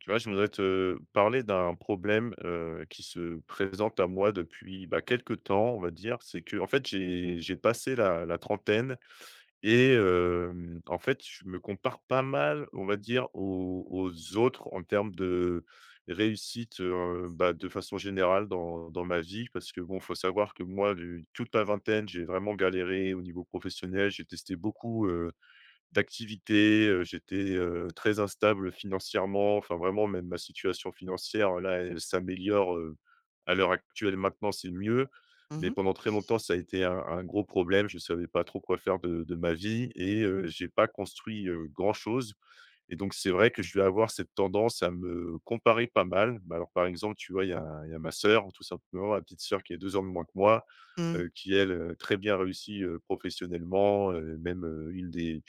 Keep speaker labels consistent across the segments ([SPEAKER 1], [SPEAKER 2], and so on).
[SPEAKER 1] Tu vois, je voudrais te parler d'un problème, qui se présente à moi depuis, bah, quelque temps, on va dire. C'est que, en fait, j'ai passé la trentaine et en fait, je me compare pas mal, on va dire, aux autres en termes de réussite, bah, de façon générale dans ma vie. Parce que bon, faut savoir que moi, du toute la vingtaine, j'ai vraiment galéré au niveau professionnel. J'ai testé beaucoup, d'activité, j'étais, très instable financièrement, enfin vraiment même ma situation financière là, elle s'améliore, à l'heure actuelle maintenant, c'est mieux.
[SPEAKER 2] Mmh
[SPEAKER 1] Mais
[SPEAKER 2] mh.
[SPEAKER 1] pendant très longtemps, ça a été un gros problème, je savais pas trop quoi faire de ma vie et j'ai pas construit, grand chose. Et donc, c'est vrai que je vais avoir cette tendance à me comparer pas mal. Bah, alors, par exemple, tu vois, il y a ma sœur, tout simplement, ma petite sœur qui est 2 ans de moins que moi,
[SPEAKER 2] Mmh.
[SPEAKER 1] qui elle, très bien réussie, professionnellement, même, une des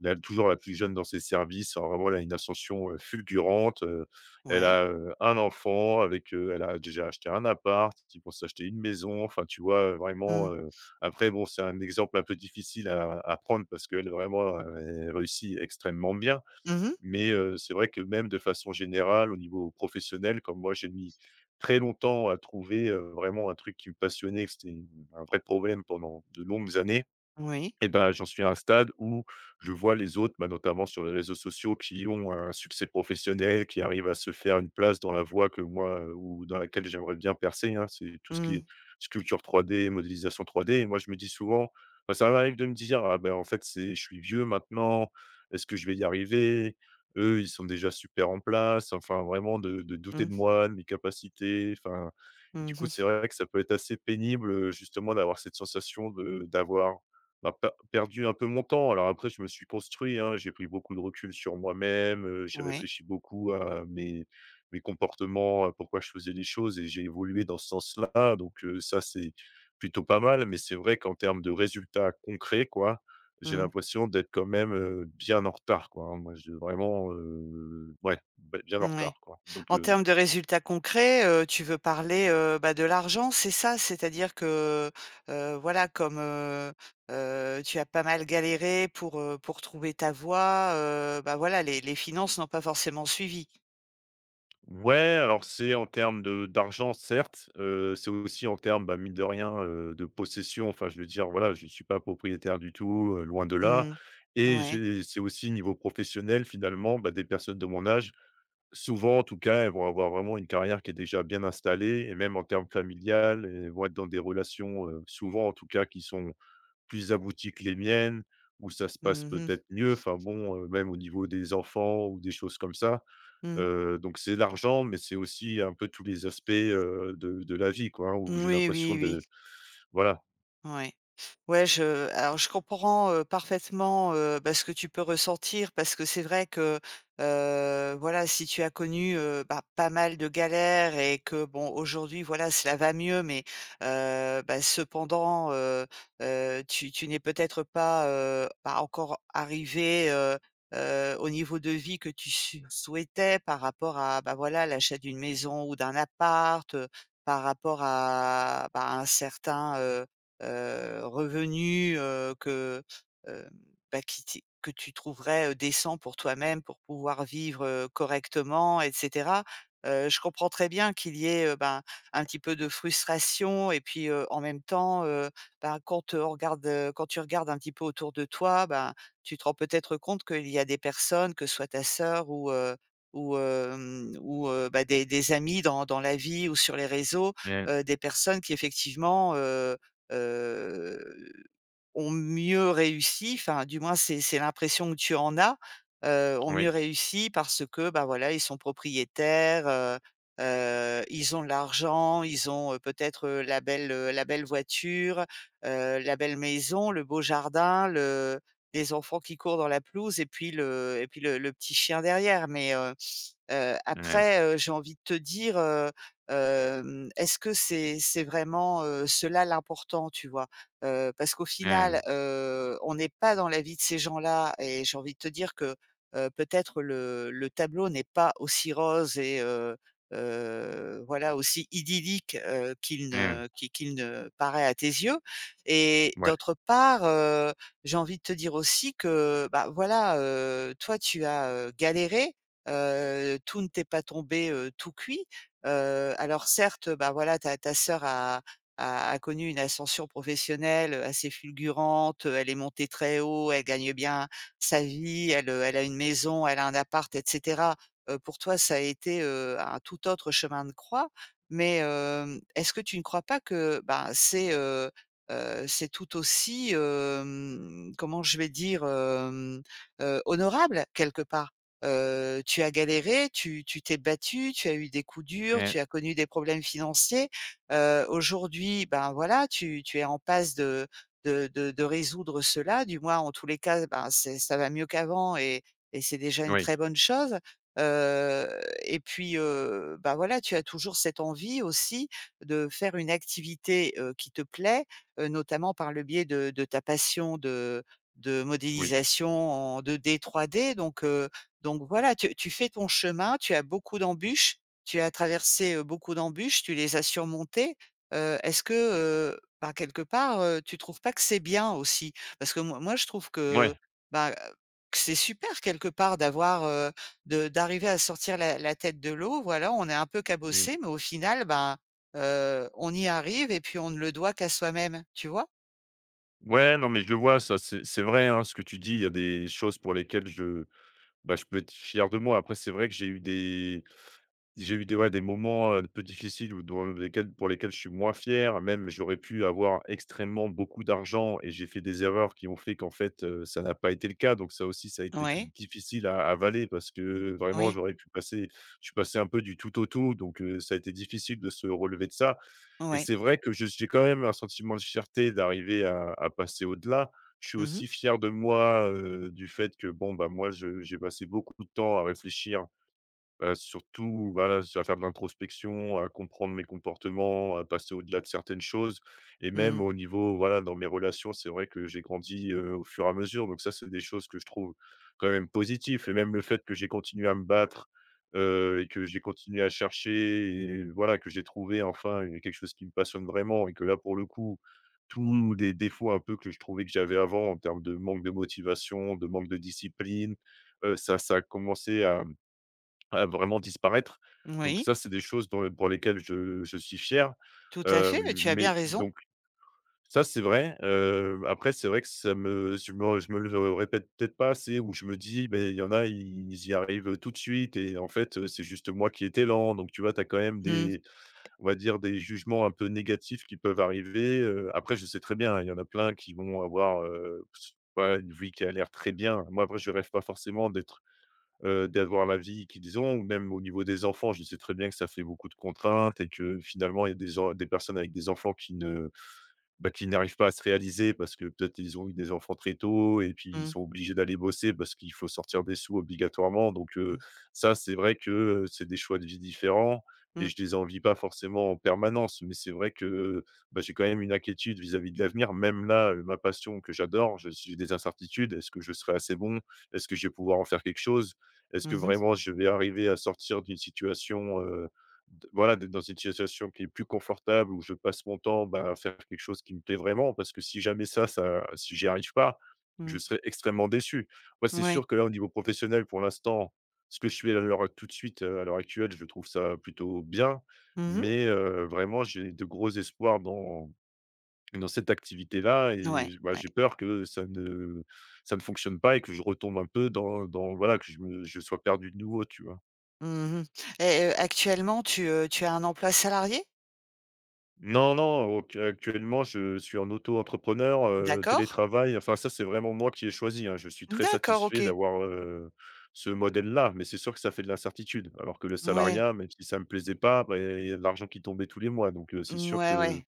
[SPEAKER 1] la toujours la plus jeune dans ses services. Alors vraiment, elle a une ascension, fulgurante, elle
[SPEAKER 2] Ouais.
[SPEAKER 1] a, un enfant avec, elle a déjà acheté un appart, ils vont s'acheter une maison, enfin, tu vois?
[SPEAKER 2] Mmh.
[SPEAKER 1] Vraiment, après bon, c'est un exemple un peu difficile à prendre parce qu'elle vraiment, elle réussit extrêmement bien.
[SPEAKER 2] Mmh mh.
[SPEAKER 1] Mais c'est vrai que même de façon générale, au niveau professionnel, comme moi j'ai mis très longtemps à trouver, vraiment un truc qui me passionnait, que c'était un vrai problème pendant de longues années
[SPEAKER 2] Oui.
[SPEAKER 1] et ben, j'en suis à un stade où je vois les autres, bah, notamment sur les réseaux sociaux, qui ont un succès professionnel, qui arrivent à se faire une place dans la voie que moi, ou dans laquelle j'aimerais bien percer, hein. C'est tout ce qui
[SPEAKER 2] Mmh.
[SPEAKER 1] est sculpture 3D, modélisation 3D et moi je me dis souvent bah, ça m'arrive de me dire: «Ah ben en fait, c'est je suis vieux maintenant, est-ce que je vais y arriver? Eux, ils sont déjà super en place». Enfin vraiment de douter
[SPEAKER 2] Mmh.
[SPEAKER 1] de moi, de mes capacités, enfin,
[SPEAKER 2] Mmh
[SPEAKER 1] du coup, c'est
[SPEAKER 2] mh.
[SPEAKER 1] vrai que ça peut être assez pénible, justement d'avoir cette sensation de d'avoir bah, pe perdu un peu mon temps. Alors après, je me suis construit, hein, j'ai pris beaucoup de recul sur moi-même, j'ai
[SPEAKER 2] Ouais.
[SPEAKER 1] réfléchi beaucoup à mes comportements, à pourquoi je faisais les choses et j'ai évolué dans ce sens-là, donc ça, c'est plutôt pas mal. Mais c'est vrai qu'en termes de résultats concrets, quoi, j'ai
[SPEAKER 2] Mmh.
[SPEAKER 1] l'impression d'être quand même, bien en retard, quoi, hein. Moi, je vraiment, ouais, bien en
[SPEAKER 2] Ouais.
[SPEAKER 1] retard, quoi, donc
[SPEAKER 2] En termes de résultats concrets, tu veux parler, bah, de l'argent, c'est ça? C'est-à-dire que, voilà, comme, tu as pas mal galéré pour trouver ta voie, bah, voilà, les finances n'ont pas forcément suivi?
[SPEAKER 1] Ouais, alors c'est en termes de d'argent certes, c'est aussi en termes, bah, mine de rien, de possession. Enfin, je veux dire, voilà, je ne suis pas propriétaire du tout, loin de là
[SPEAKER 2] Mmh.
[SPEAKER 1] et
[SPEAKER 2] Ouais.
[SPEAKER 1] j'ai c'est aussi niveau professionnel finalement, bah, des personnes de mon âge, souvent en tout cas, elles vont avoir vraiment une carrière qui est déjà bien installée et même en termes familial, elles vont être dans des relations, souvent en tout cas qui sont plus abouties que les miennes, où ça se passe
[SPEAKER 2] Mmh mh.
[SPEAKER 1] peut-être mieux. Enfin bon, même au niveau des enfants ou des choses comme ça.
[SPEAKER 2] Mmh.
[SPEAKER 1] Donc c'est l'argent, mais c'est aussi un peu tous les aspects, de la vie quoi, hein, où j'ai
[SPEAKER 2] Oui,
[SPEAKER 1] l'impression
[SPEAKER 2] oui, oui.
[SPEAKER 1] de voilà.
[SPEAKER 2] Ouais. Ouais, je alors je comprends, parfaitement, bah, ce que tu peux ressentir parce que c'est vrai que, voilà, si tu as connu, bah, pas mal de galères et que bon, aujourd'hui, voilà, cela va mieux mais bah, cependant, tu n'es peut-être pas, bah, encore arrivé au niveau de vie que tu su souhaitais par rapport à, bah, voilà, l'achat d'une maison ou d'un appart, par rapport à, bah, un certain, revenu, que, hem, bah, qui t que tu trouverais, décent pour toi-même pour pouvoir vivre, correctement et cetera. Je comprends très bien qu'il y ait, ben, un petit peu de frustration et puis, en même temps, ben, quand, on regarde, quand tu regardes un petit peu autour de toi, ben, tu te rends peut-être compte qu'il y a des personnes, que ce soit ta sœur ou, ou, bah, des amis dans la vie ou sur les réseaux,
[SPEAKER 1] Mmh.
[SPEAKER 2] des personnes qui effectivement, heu, ont mieux réussi, enfin du moins c'est l'impression que tu en as, ont mieux
[SPEAKER 1] Oui.
[SPEAKER 2] réussi parce que, bah, voilà, ils sont propriétaires, ils ont de l'argent, ils ont, peut-être, la belle voiture, la belle maison, le beau jardin, le les enfants qui courent dans la pelouse et puis le petit chien derrière mais
[SPEAKER 1] Mmh.
[SPEAKER 2] après, j'ai envie de te dire, est-ce que c'est vraiment, cela l'important, tu vois? Parce qu'au
[SPEAKER 1] Mmh.
[SPEAKER 2] final, on n'est pas dans la vie de ces gens-là et j'ai envie de te dire que, peut-être le tableau n'est pas aussi rose et voilà, aussi idyllique,
[SPEAKER 1] Mmh.
[SPEAKER 2] qu'il ne paraît à tes yeux et
[SPEAKER 1] Ouais.
[SPEAKER 2] d'autre part, j'ai envie de te dire aussi que, bah, voilà, toi tu as, galéré. Tout ne t'est pas tombé, tout cuit. Alors certes, bah, voilà, ta sœur a connu une ascension professionnelle, assez fulgurante, elle est montée très haut, elle gagne bien sa vie, elle, elle a une maison, elle a un appart et cetera. Pour toi, ça a été, un tout autre chemin de croix. Mais, est-ce que tu ne crois pas que, ben, c'est tout aussi, comment je vais dire? Honorable quelque part? Tu as galéré, tu t'es battu, tu as eu des coups durs,
[SPEAKER 1] Mmh.
[SPEAKER 2] tu as connu des problèmes financiers. Aujourd'hui, ben, voilà, tu es en passe de de résoudre cela, du moins en tous les cas, ben, c'est ça va mieux qu'avant et c'est déjà une
[SPEAKER 1] Oui.
[SPEAKER 2] très bonne chose. Heu et puis, bah, voilà, tu as toujours cette envie aussi de faire une activité, qui te plaît, notamment par le biais de ta passion de
[SPEAKER 1] Oui.
[SPEAKER 2] modélisation en 2D, 3D donc donc voilà, tu fais ton chemin, tu as beaucoup d'embûches, tu as traversé, beaucoup d'embûches, tu les as surmontées. Est-ce que, ben, quelque part, tu trouves pas que c'est bien aussi? Parce que moi je trouve que,
[SPEAKER 1] Mouais.
[SPEAKER 2] bah, que c'est super quelque part d'avoir, de d'arriver à sortir la tête de l'eau. Voilà, on est un peu
[SPEAKER 1] Mmh.
[SPEAKER 2] cabossé, mais au final, ben, on y arrive et puis on ne le doit qu'à soi-même, tu vois?
[SPEAKER 1] Ouais, non, mais je le vois ça, c'est vrai, hein, ce que tu dis. Il y a des choses pour lesquelles je Bah, je peux être fier de moi. Après, c'est vrai que j'ai eu des ouais, des moments, un peu difficiles ou dans lesquels pour lesquels je suis moins fier. Même, j'aurais pu avoir extrêmement beaucoup d'argent et j'ai fait des erreurs qui ont fait qu'en fait, ça n'a pas été le cas. Donc ça aussi, ça a été t
[SPEAKER 2] Ouais,
[SPEAKER 1] difficile à avaler parce que vraiment,
[SPEAKER 2] oui,
[SPEAKER 1] j'aurais pu passer je suis passé un peu du tout au tout, donc ça a été difficile de se relever de ça. Et
[SPEAKER 2] ouais.
[SPEAKER 1] c'est vrai que je j'ai quand même un sentiment de fierté d'arriver à passer au-delà. Je suis
[SPEAKER 2] Mmh mh.
[SPEAKER 1] aussi fier de moi, du fait que bon, bah, moi je j'ai passé beaucoup de temps à réfléchir. Surtout, voilà, à faire de l'introspection, à comprendre mes comportements, à passer au-delà de certaines choses et même
[SPEAKER 2] Mmh.
[SPEAKER 1] au niveau, voilà, dans mes relations, c'est vrai que j'ai grandi, au fur et à mesure donc ça, c'est des choses que je trouve quand même positives et même le fait que j'ai continué à me battre, et que j'ai continué à chercher et voilà, que j'ai trouvé enfin, quelque chose qui me passionne vraiment et que là, pour le coup, tous les défauts un peu que je trouvais que j'avais avant en termes de manque de motivation, de manque de discipline, ça a commencé à vraiment disparaître. Donc
[SPEAKER 2] Oui,
[SPEAKER 1] ça, c'est des choses dans pour lesquelles je suis fier,
[SPEAKER 2] tout à fait, mais tu as bien
[SPEAKER 1] mais
[SPEAKER 2] raison.
[SPEAKER 1] donc ça, c'est vrai, après c'est vrai que ça me je me je me le répète peut-être pas assez ou je me dis: «Beh, il y en a, ils y arrivent, tout de suite et en fait, c'est juste moi qui étais lent». Donc tu vois, tu as quand même
[SPEAKER 2] Mmh.
[SPEAKER 1] des on va dire des jugements un peu négatifs qui peuvent arriver, après je sais très bien, hein, il y en a plein qui vont avoir, ouais, une vie qui a l'air très bien. Moi, après je rêve pas forcément d'être d'avoir la vie qu'ils ont ou même au niveau des enfants, je sais très bien que ça fait beaucoup de contraintes et que finalement il y a des en des personnes avec des enfants qui ne bah, qu'ils n'arrivent pas à se réaliser parce que peut-être ils ont eu des enfants très tôt et puis ils
[SPEAKER 2] Mmh.
[SPEAKER 1] sont obligés d'aller bosser parce qu'il faut sortir des sous obligatoirement. Donc,
[SPEAKER 2] Mmh.
[SPEAKER 1] ça, c'est vrai que, c'est des choix de vie différents et
[SPEAKER 2] Mmh.
[SPEAKER 1] je les envie pas forcément en permanence. Mais c'est vrai que, bah, j'ai quand même une inquiétude vis-à-vis de l'avenir. Même là, ma passion que j'adore, je j'ai des incertitudes. Est-ce que je serai assez bon? Est-ce que je vais pouvoir en faire quelque chose? Est-ce que
[SPEAKER 2] Mmh
[SPEAKER 1] vraiment je vais arriver à sortir d'une situation, D voilà, d'être dans une situation qui est plus confortable où je passe mon temps, bah, à faire quelque chose qui me plaît vraiment parce que si jamais ça si j'y arrive pas,
[SPEAKER 2] Mmh.
[SPEAKER 1] je
[SPEAKER 2] Mmh.
[SPEAKER 1] serais extrêmement déçu. Moi, c'est
[SPEAKER 2] Ouais.
[SPEAKER 1] sûr que là, au niveau professionnel, pour l'instant, ce que je fais à l'heure tout de suite, à l'heure actuelle, je trouve ça plutôt bien,
[SPEAKER 2] Mmh mh.
[SPEAKER 1] mais vraiment, j'ai de gros espoirs dans cette activité-là et
[SPEAKER 2] Ouais,
[SPEAKER 1] j bah,
[SPEAKER 2] ouais.
[SPEAKER 1] j'ai peur que ça ne fonctionne pas et que je retombe un peu dans voilà, que je me je sois perdu de nouveau, tu vois?
[SPEAKER 2] Mmh mh. Actuellement tu as un emploi salarié?
[SPEAKER 1] Non, non, auc actuellement, je suis en auto-entrepreneur,
[SPEAKER 2] D'accord.
[SPEAKER 1] télétravail, enfin ça, c'est vraiment moi qui ai choisi, hein. Je suis très
[SPEAKER 2] D'accord,
[SPEAKER 1] satisfait
[SPEAKER 2] OK.
[SPEAKER 1] d'avoir, ce modèle-là, mais c'est sûr que ça fait de l'incertitude. Alors que le
[SPEAKER 2] Mouais.
[SPEAKER 1] salariat, même si ça me plaisait pas, bah, il y a de l'argent qui tombait tous les mois, donc c'est sûr
[SPEAKER 2] Mouais,
[SPEAKER 1] que
[SPEAKER 2] ouais.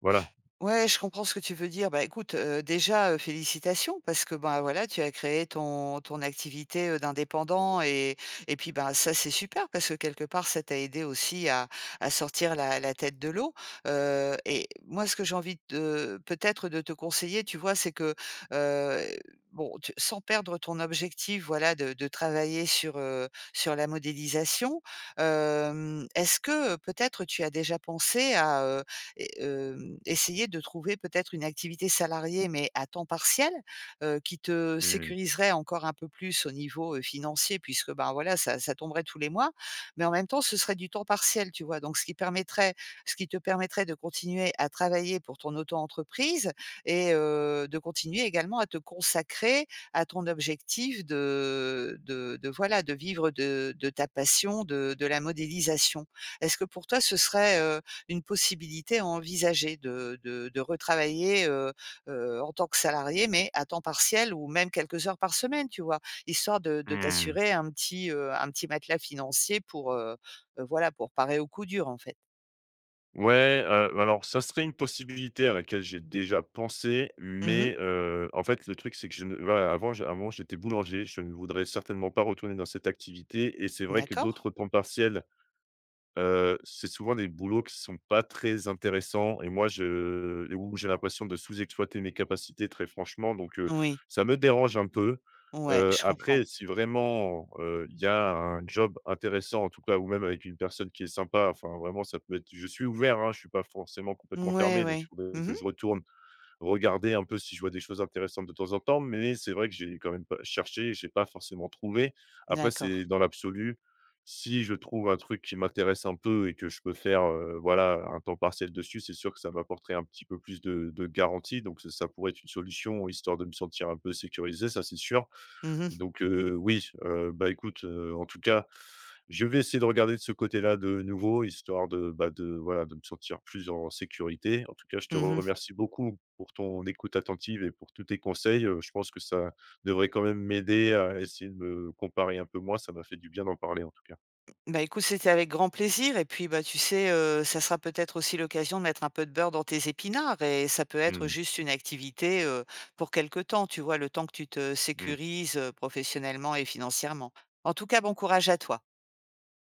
[SPEAKER 1] voilà.
[SPEAKER 2] Ouais, je comprends ce que tu veux dire. Bah, écoute, déjà, félicitations parce que, ben, voilà, tu as créé ton activité, d'indépendant et puis, ben, ça, c'est super parce que quelque part, ça t'a aidé aussi à sortir la tête de l'eau, et moi, ce que j'ai envie de peut-être de te conseiller, tu vois, c'est que, heu, bon, tu sans perdre ton objectif, voilà, de travailler sur, sur la modélisation, est-ce que, peut-être tu as déjà pensé à, essayer de trouver peut-être une activité salariée, mais à temps partiel, qui te
[SPEAKER 1] Mmh.
[SPEAKER 2] sécuriserait encore un peu plus au niveau, financier puisque, ben, voilà, ça tomberait tous les mois, mais en même temps, ce serait du temps partiel, tu vois? Donc ce qui permettrait ce qui te permettrait de continuer à travailler pour ton auto-entreprise et de continuer également à te consacrer à ton objectif de voilà, de vivre de ta passion de la modélisation. Est-ce que pour toi, ce serait, une possibilité à envisager de retravailler, en tant que salarié, mais à temps partiel ou même quelques heures par semaine, tu vois? Histoire de
[SPEAKER 1] Mmh.
[SPEAKER 2] t'assurer un petit matelas financier pour, voilà, pour parer au coup dur, en fait.
[SPEAKER 1] Ouais, alors ça serait une possibilité à laquelle j'ai déjà pensé,
[SPEAKER 2] Mmh.
[SPEAKER 1] mais en fait, le truc, c'est que je ne voilà, avant j avant, j'étais boulanger, je ne voudrais certainement pas retourner dans cette activité et c'est vrai que
[SPEAKER 2] D'accord?
[SPEAKER 1] d'autres temps partiels c'est souvent des boulots qui sont pas très intéressants et moi je et où j'ai l'impression de sous-exploiter mes capacités très franchement donc
[SPEAKER 2] Oui.
[SPEAKER 1] ça me dérange un peu.
[SPEAKER 2] Ouais, je comprends.
[SPEAKER 1] Après si vraiment, il y a un job intéressant en tout cas ou même avec une personne qui est sympa, enfin vraiment ça peut être je suis ouvert, hein, je suis pas forcément complètement
[SPEAKER 2] Ouais,
[SPEAKER 1] fermé donc il
[SPEAKER 2] ouais.
[SPEAKER 1] faudrait
[SPEAKER 2] Mmh.
[SPEAKER 1] que je retourne regarder un peu si je vois des choses intéressantes de temps en temps, mais c'est vrai que j'ai quand même pas cherché, j'ai pas forcément trouvé. Après,
[SPEAKER 2] D'accord.
[SPEAKER 1] c'est dans l'absolu. Si je trouve un truc qui m'intéresse un peu et que je peux faire, voilà, un temps partiel dessus, c'est sûr que ça m'apporterait un petit peu plus de garantie, donc ça pourrait être une solution, histoire de me sentir un peu sécurisé, ça, c'est sûr.
[SPEAKER 2] Mmh mh.
[SPEAKER 1] Donc oui, bah, écoute, en tout cas, je vais essayer de regarder de ce côté-là de nouveau, histoire de, bah, de voilà, de me sentir plus en sécurité. En tout cas, je te
[SPEAKER 2] Mmh.
[SPEAKER 1] remercie beaucoup pour ton écoute attentive et pour tous tes conseils, je pense que ça devrait quand même m'aider à essayer de me comparer un peu moins, ça m'a fait du bien d'en parler en tout cas.
[SPEAKER 2] Bah, écoute, c'était avec grand plaisir et puis, bah, tu sais, ça sera peut-être aussi l'occasion de mettre un peu de beurre dans tes épinards et ça peut être
[SPEAKER 1] Mmh
[SPEAKER 2] juste une activité, pour quelque temps, tu vois? Le temps que tu te sécurises, professionnellement et financièrement. En tout cas, bon courage à toi.